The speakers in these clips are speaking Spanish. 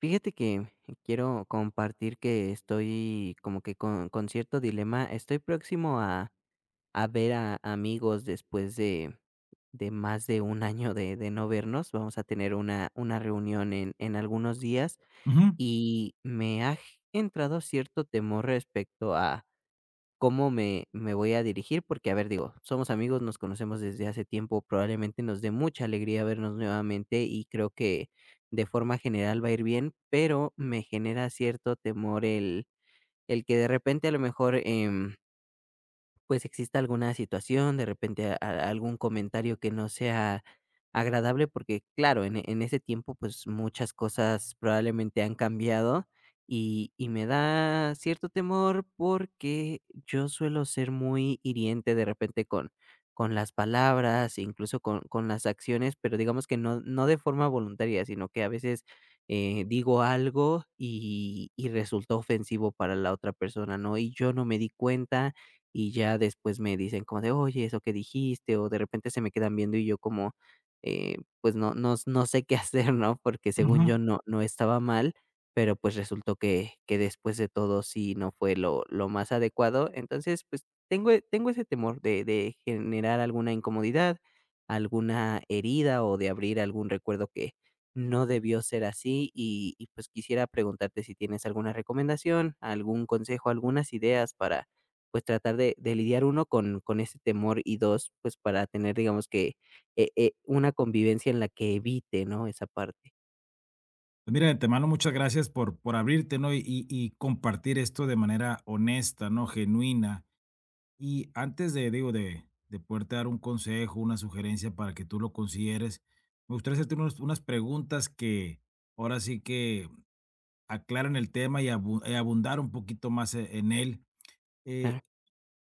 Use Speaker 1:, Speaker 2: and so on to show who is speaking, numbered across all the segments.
Speaker 1: Fíjate que quiero compartir que estoy como que con cierto dilema. Estoy próximo a ver a amigos después de más de un año de no vernos. Vamos a tener una reunión en algunos días
Speaker 2: Ujú,
Speaker 1: y me ha entrado cierto temor respecto cómo me voy a dirigir, porque, a ver, digo, somos amigos, nos conocemos desde hace tiempo, probablemente nos dé mucha alegría vernos nuevamente y creo que de forma general va a ir bien, pero me genera cierto temor el que de repente a lo mejor, pues exista alguna situación, de repente algún comentario que no sea agradable, porque claro, en ese tiempo pues muchas cosas probablemente han cambiado y me da cierto temor porque yo suelo ser muy hiriente de repente con las palabras, incluso con las acciones, pero digamos que no, no de forma voluntaria, sino que a veces digo algo y resulta ofensivo para la otra persona, ¿no? Y yo no me di cuenta y ya después me dicen como de: "Oye, eso que dijiste", o de repente se me quedan viendo y yo como, pues no sé qué hacer, ¿no? Porque según
Speaker 2: ujú.
Speaker 1: yo no estaba mal, pero pues resultó que después de todo sí no fue lo más adecuado. Entonces, pues tengo ese temor de generar alguna incomodidad, alguna herida o de abrir algún recuerdo que no debió ser así y pues quisiera preguntarte si tienes alguna recomendación, algún consejo, algunas ideas para pues tratar de lidiar uno con ese temor y 2 pues para tener digamos que, una convivencia en la que evite, ¿no?, esa parte.
Speaker 2: Pues mira, de antemano, muchas gracias por abrirte, ¿no? Y compartir esto de manera honesta, ¿no? Genuina. Y antes de, digo, de poderte dar un consejo, una sugerencia para que tú lo consideres, me gustaría hacerte unas preguntas que ahora sí que aclaran el tema y y abundar un poquito más en él. Eh,
Speaker 1: Claro.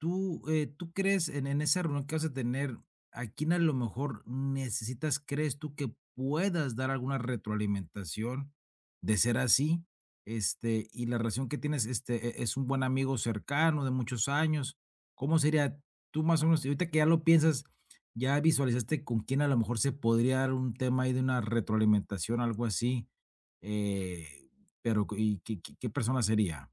Speaker 2: ¿Tú, tú crees en esa reunión que vas a tener, a quién a lo mejor necesitas, crees tú que puedas dar alguna retroalimentación de ser así? Este, y la relación que tienes, este, es un buen amigo cercano de muchos años. ¿Cómo sería tú más o menos? Y ahorita que ya lo piensas, ya visualizaste con quién a lo mejor se podría dar un tema ahí de una retroalimentación, algo así. eh, pero, ¿y qué, qué persona sería?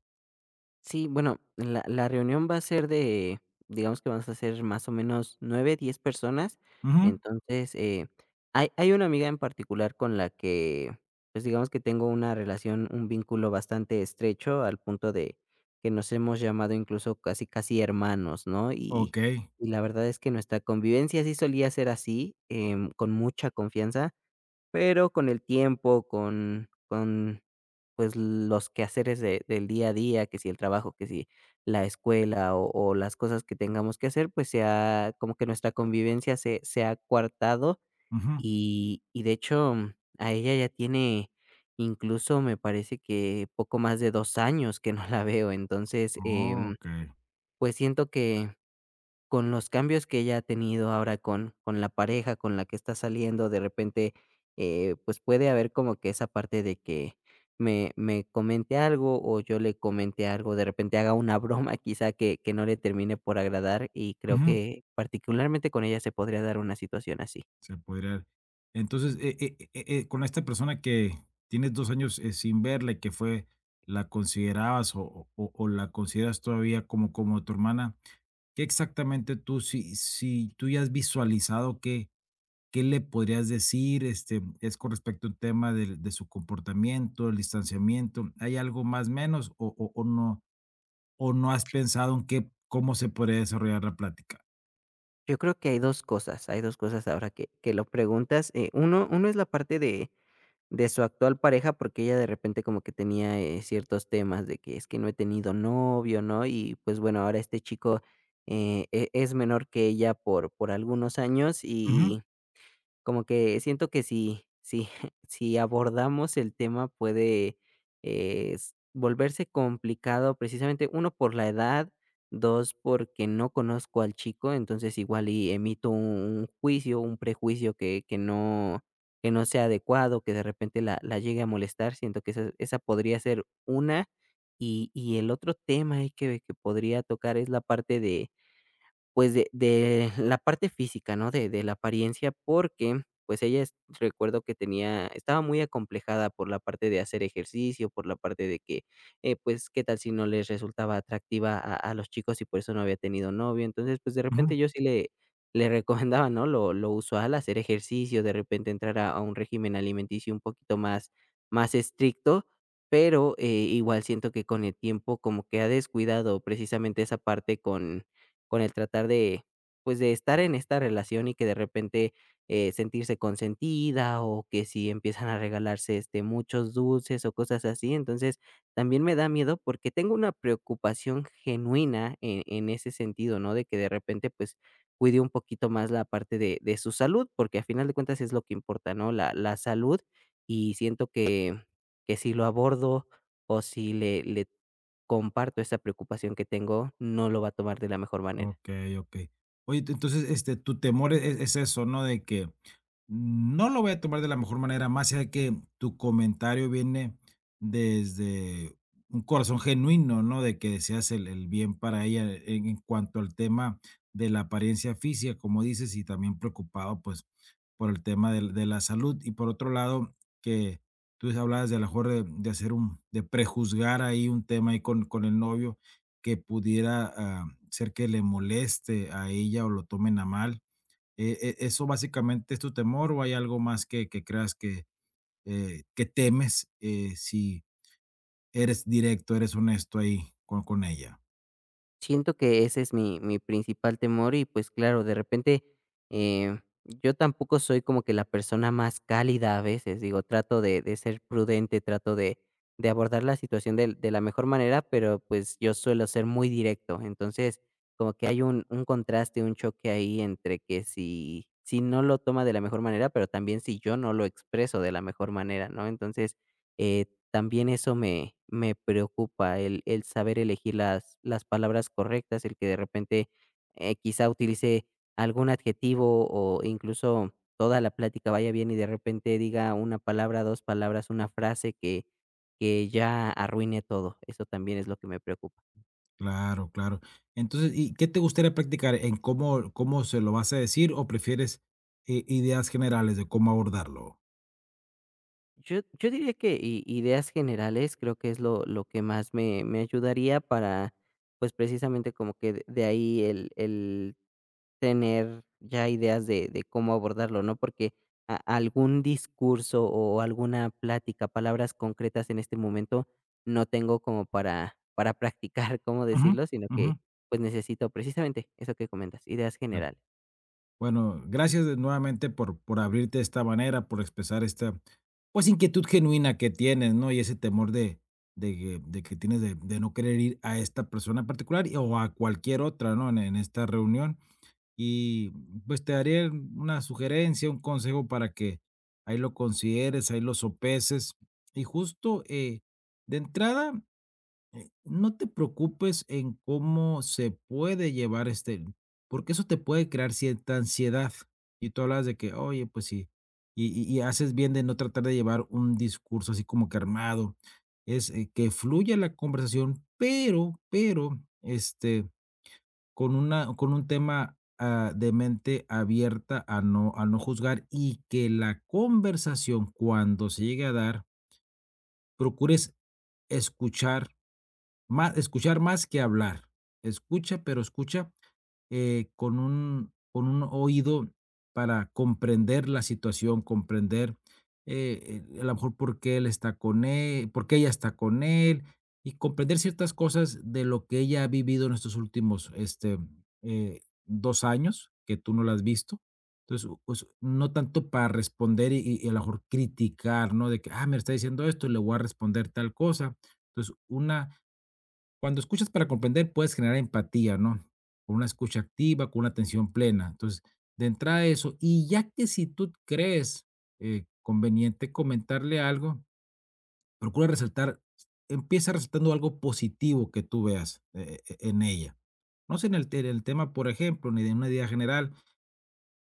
Speaker 1: Sí, bueno, la reunión va a ser de digamos que vamos a ser más o menos 9 10 personas.
Speaker 2: Ujú,
Speaker 1: Entonces, hay una amiga en particular con la que, pues, digamos que tengo una relación, un vínculo bastante estrecho, al punto de que nos hemos llamado incluso casi casi hermanos, ¿no?
Speaker 2: ok,
Speaker 1: Y la verdad es que nuestra convivencia sí solía ser así, con mucha confianza. Pero con el tiempo, pues, los quehaceres de del día a día, que si el trabajo, que si la escuela o las cosas que tengamos que hacer, pues, se ha como que nuestra convivencia se ha coartado
Speaker 2: ujú.
Speaker 1: y de hecho, a ella ya tiene incluso me parece que poco más de 2 años que no la veo. Entonces,
Speaker 2: Okey.
Speaker 1: pues, siento que con los cambios que ella ha tenido ahora con la pareja con la que está saliendo, de repente, pues, puede haber como que esa parte de que me comente algo, o yo le comente algo, de repente haga una broma, quizá, que no le termine por agradar, y creo
Speaker 2: Ujú.
Speaker 1: que particularmente con ella se podría dar una situación así.
Speaker 2: Se podría entonces, con esta persona que tienes 2 años, sin verla y que fue la considerabas o la consideras todavía como como tu hermana, ¿qué exactamente tú si tú ya has visualizado qué le podrías decir? Este, ¿es con respecto a un tema del de su comportamiento, el distanciamiento? ¿Hay algo más, menos o no o no has pensado en qué cómo se podría desarrollar la plática?
Speaker 1: Yo creo que hay 2 cosas ahora que lo preguntas, uno es la parte de su actual pareja, porque ella de repente como que tenía, ciertos temas de que: "Es que no he tenido novio", ¿no? Y, pues, bueno, ahora este chico, es menor que ella por algunos años
Speaker 2: Ujú,
Speaker 1: y como que siento que si abordamos el tema puede, s volverse complicado precisamente, uno por la edad, 2 porque no conozco al chico, entonces igual y emito un juicio, un prejuicio que no sea adecuado, que de repente la llegue a molestar, siento que esa podría ser una. Y el otro tema ahí que podría tocar es la parte de pues, de la parte física, ¿no? De la apariencia, porque, pues, ella es recuerdo que tenía estaba muy acomplejada por la parte de hacer ejercicio, por la parte de que, pues, qué tal si no les resultaba atractiva a los chicos y por eso no había tenido novio. Entonces, pues, de
Speaker 2: ujú.
Speaker 1: repente yo sí le le recomendaba, ¿no? Lo usual, hacer ejercicio, de repente entrar a un régimen alimenticio un poquito más estricto, pero, igual siento que con el tiempo como que ha descuidado precisamente esa parte con el tratar de, pues, de estar en esta relación y que de repente, sentirse consentida, o que si empiezan a regalarse, este, muchos dulces o cosas así. Entonces, también me da miedo porque tengo una preocupación genuina en ese sentido, ¿no? De que de repente, pues, cuide un poquito más la parte de su salud, porque a final de cuentas es lo que importa, ¿no? La salud, y siento que si lo abordo, o si le comparto esa preocupación que tengo, no lo va a tomar de la mejor manera.
Speaker 2: Okey, okey. Oye, te entonces, este, tu temor es eso, ¿no? De que no lo voy a tomar de la mejor manera, más allá de que tu comentario viene desde un corazón genuino, ¿no? De que deseas el bien para ella en cuanto al tema de la apariencia física, como dices, y también preocupado, pues, por el tema del de la salud. Y por otro lado, que tú hablabas de a lo mejor de hacer un de prejuzgar ahí un tema ahí con el novio que pudiera, ah, ser que le moleste a ella o lo tomen a mal. ¿Eso básicamente es tu temor o hay algo más que creas que temes, si eres directo, eres honesto ahí con ella?
Speaker 1: Siento que ese es mi principal temor y, pues, claro, de repente, yo tampoco soy como que la persona más cálida a veces, digo, trato de ser prudente, trato de abordar la situación del de la mejor manera, pero, pues, yo suelo ser muy directo. Entonces, como que hay un contraste, un choque ahí entre que si no lo toma de la mejor manera, pero también si yo no lo expreso de la mejor manera, ¿no? Entonces, eh también eso me preocupa, el saber elegir las palabras correctas, el que de repente, quizá utilice algún adjetivo o incluso toda la plática vaya bien y de repente diga una palabra, 2 palabras, una frase que ya arruine todo. Eso también es lo que me preocupa.
Speaker 2: Claro, claro. Entonces, ¿y qué te gustaría practicar? ¿En cómo cómo se lo vas a decir o prefieres, ideas generales de cómo abordarlo?
Speaker 1: Yo diría que i ideas generales creo que es lo que más me ayudaría para, pues, precisamente como que de ahí el tener ya ideas de cómo abordarlo, ¿no? Porque a algún discurso o alguna plática, palabras concretas en este momento no tengo como para practicar cómo
Speaker 2: Ujú,
Speaker 1: decirlo, sino
Speaker 2: ujú.
Speaker 1: que, pues, necesito precisamente eso que comentas, ideas
Speaker 2: Claro.
Speaker 1: generales.
Speaker 2: Bueno, gracias nuevamente por abrirte de esta manera, por expresar esta, pues, inquietud genuina que tienes, ¿no? Y ese temor de que tienes de no querer ir a esta persona en particular y- o a cualquier otra, ¿no? En esta reunión. Y pues te daré una sugerencia, un consejo para que ahí lo consideres, ahí lo sopeses. Y justo de entrada, no te preocupes en cómo se puede llevar este, porque eso te puede crear cierta ansiedad. Y tú hablas de que, oye, pues sí, y haces bien de no tratar de llevar un discurso así como que armado. Es Que fluya la conversación, pero, este, con un tema de mente abierta a no juzgar y que la conversación cuando se llegue a dar, procures escuchar más que hablar. Escucha, pero escucha, con un oído para comprender la situación, comprender, a lo mejor por qué ella está con él, y comprender ciertas cosas de lo que ella ha vivido en estos últimos, este, 2 años, que tú no la has visto. Entonces, pues, no tanto para responder y a lo mejor criticar, ¿no? De que: "Ah, me está diciendo esto, le voy a responder tal cosa". Entonces, una cuando escuchas para comprender, puedes generar empatía, ¿no? Con una escucha activa, con una atención plena. Entonces, de entrada eso, y ya que si tú crees conveniente comentarle algo, procura resaltar, empieza resaltando algo positivo que tú veas en ella. No sé, en el tema, por ejemplo, ni de una idea general,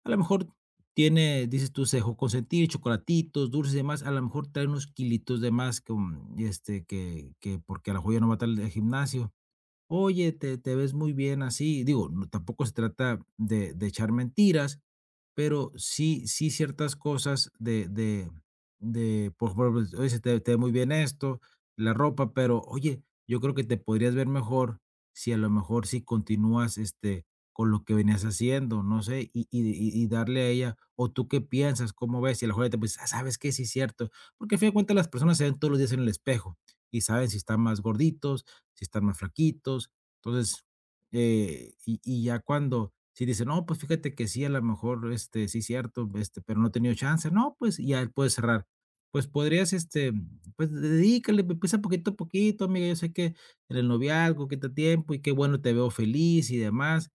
Speaker 2: a lo mejor tiene, dices tú, se dejó consentir, chocolatitos, dulces y demás, a lo mejor trae unos kilitos de más que, este, que porque a la joya no va a estar el gimnasio. Oye, te ves muy bien así. Digo, no, tampoco se trata de echar mentiras, pero sí ciertas cosas por favor, oye, se te ve muy bien esto, la ropa, pero, oye, yo creo que te podrías ver mejor si a lo mejor si continúas, este, con lo que venías haciendo, no sé, y darle a ella, o, ¿tú qué piensas? ¿Cómo ves? Y a lo mejor ella te pues, ¿sabes qué? Sí, es cierto, porque a fin de cuentas las personas se ven todos los días en el espejo y saben si están más gorditos, si están más flaquitos. Entonces, y ya cuando, si dice, no, pues fíjate que sí, a lo mejor, este, sí, cierto, este, pero no he tenido chance, no, pues y ya él puede cerrar. Pues podrías, este, pues dedícale, empieza poquito a poquito, amiga. Yo sé que en el noviazgo quita tiempo y qué bueno, te veo feliz y demás.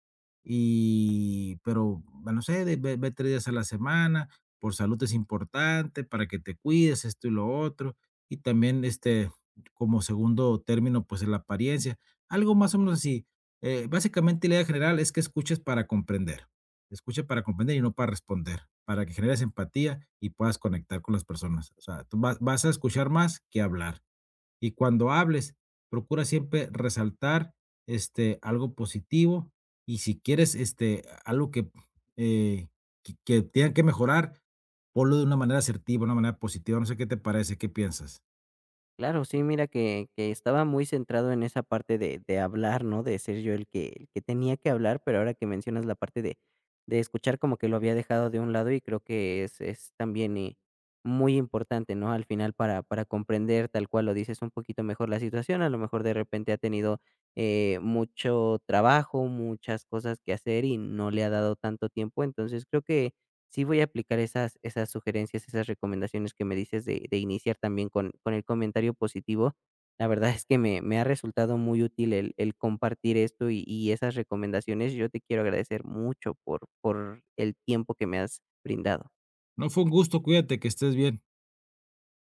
Speaker 2: Y, pero, bueno, no sé, ve, ve 3 días a la semana, por salud es importante, para que te cuides, esto y lo otro. Y también, este, como segundo término, pues, la apariencia. Algo más o menos así. Básicamente, la idea general es que escuches para comprender. Escucha para comprender y no para responder, para que generes empatía y puedas conectar con las personas. O sea, tú vas a escuchar más que hablar. Y cuando hables, procura siempre resaltar, este, algo positivo y si quieres, este, algo que, eh, que tengan que mejorar, ponlo de una manera asertiva, una manera positiva. No sé qué te parece, ¿qué piensas?
Speaker 1: Claro, sí, mira que estaba muy centrado en esa parte de hablar, ¿no? De ser yo el que tenía que hablar, pero ahora que mencionas la parte de escuchar, como que lo había dejado de un lado y creo que es también, muy importante, ¿no? Al final para comprender, tal cual lo dices, un poquito mejor la situación, a lo mejor de repente ha tenido, mucho trabajo, muchas cosas que hacer y no le ha dado tanto tiempo, entonces creo que sí voy a aplicar esas sugerencias, esas recomendaciones que me dices de iniciar también con el comentario positivo. La verdad es que me ha resultado muy útil el compartir esto y esas recomendaciones. Yo te quiero agradecer mucho por el tiempo que me has brindado.
Speaker 2: No, fue un gusto, cuídate, que estés bien.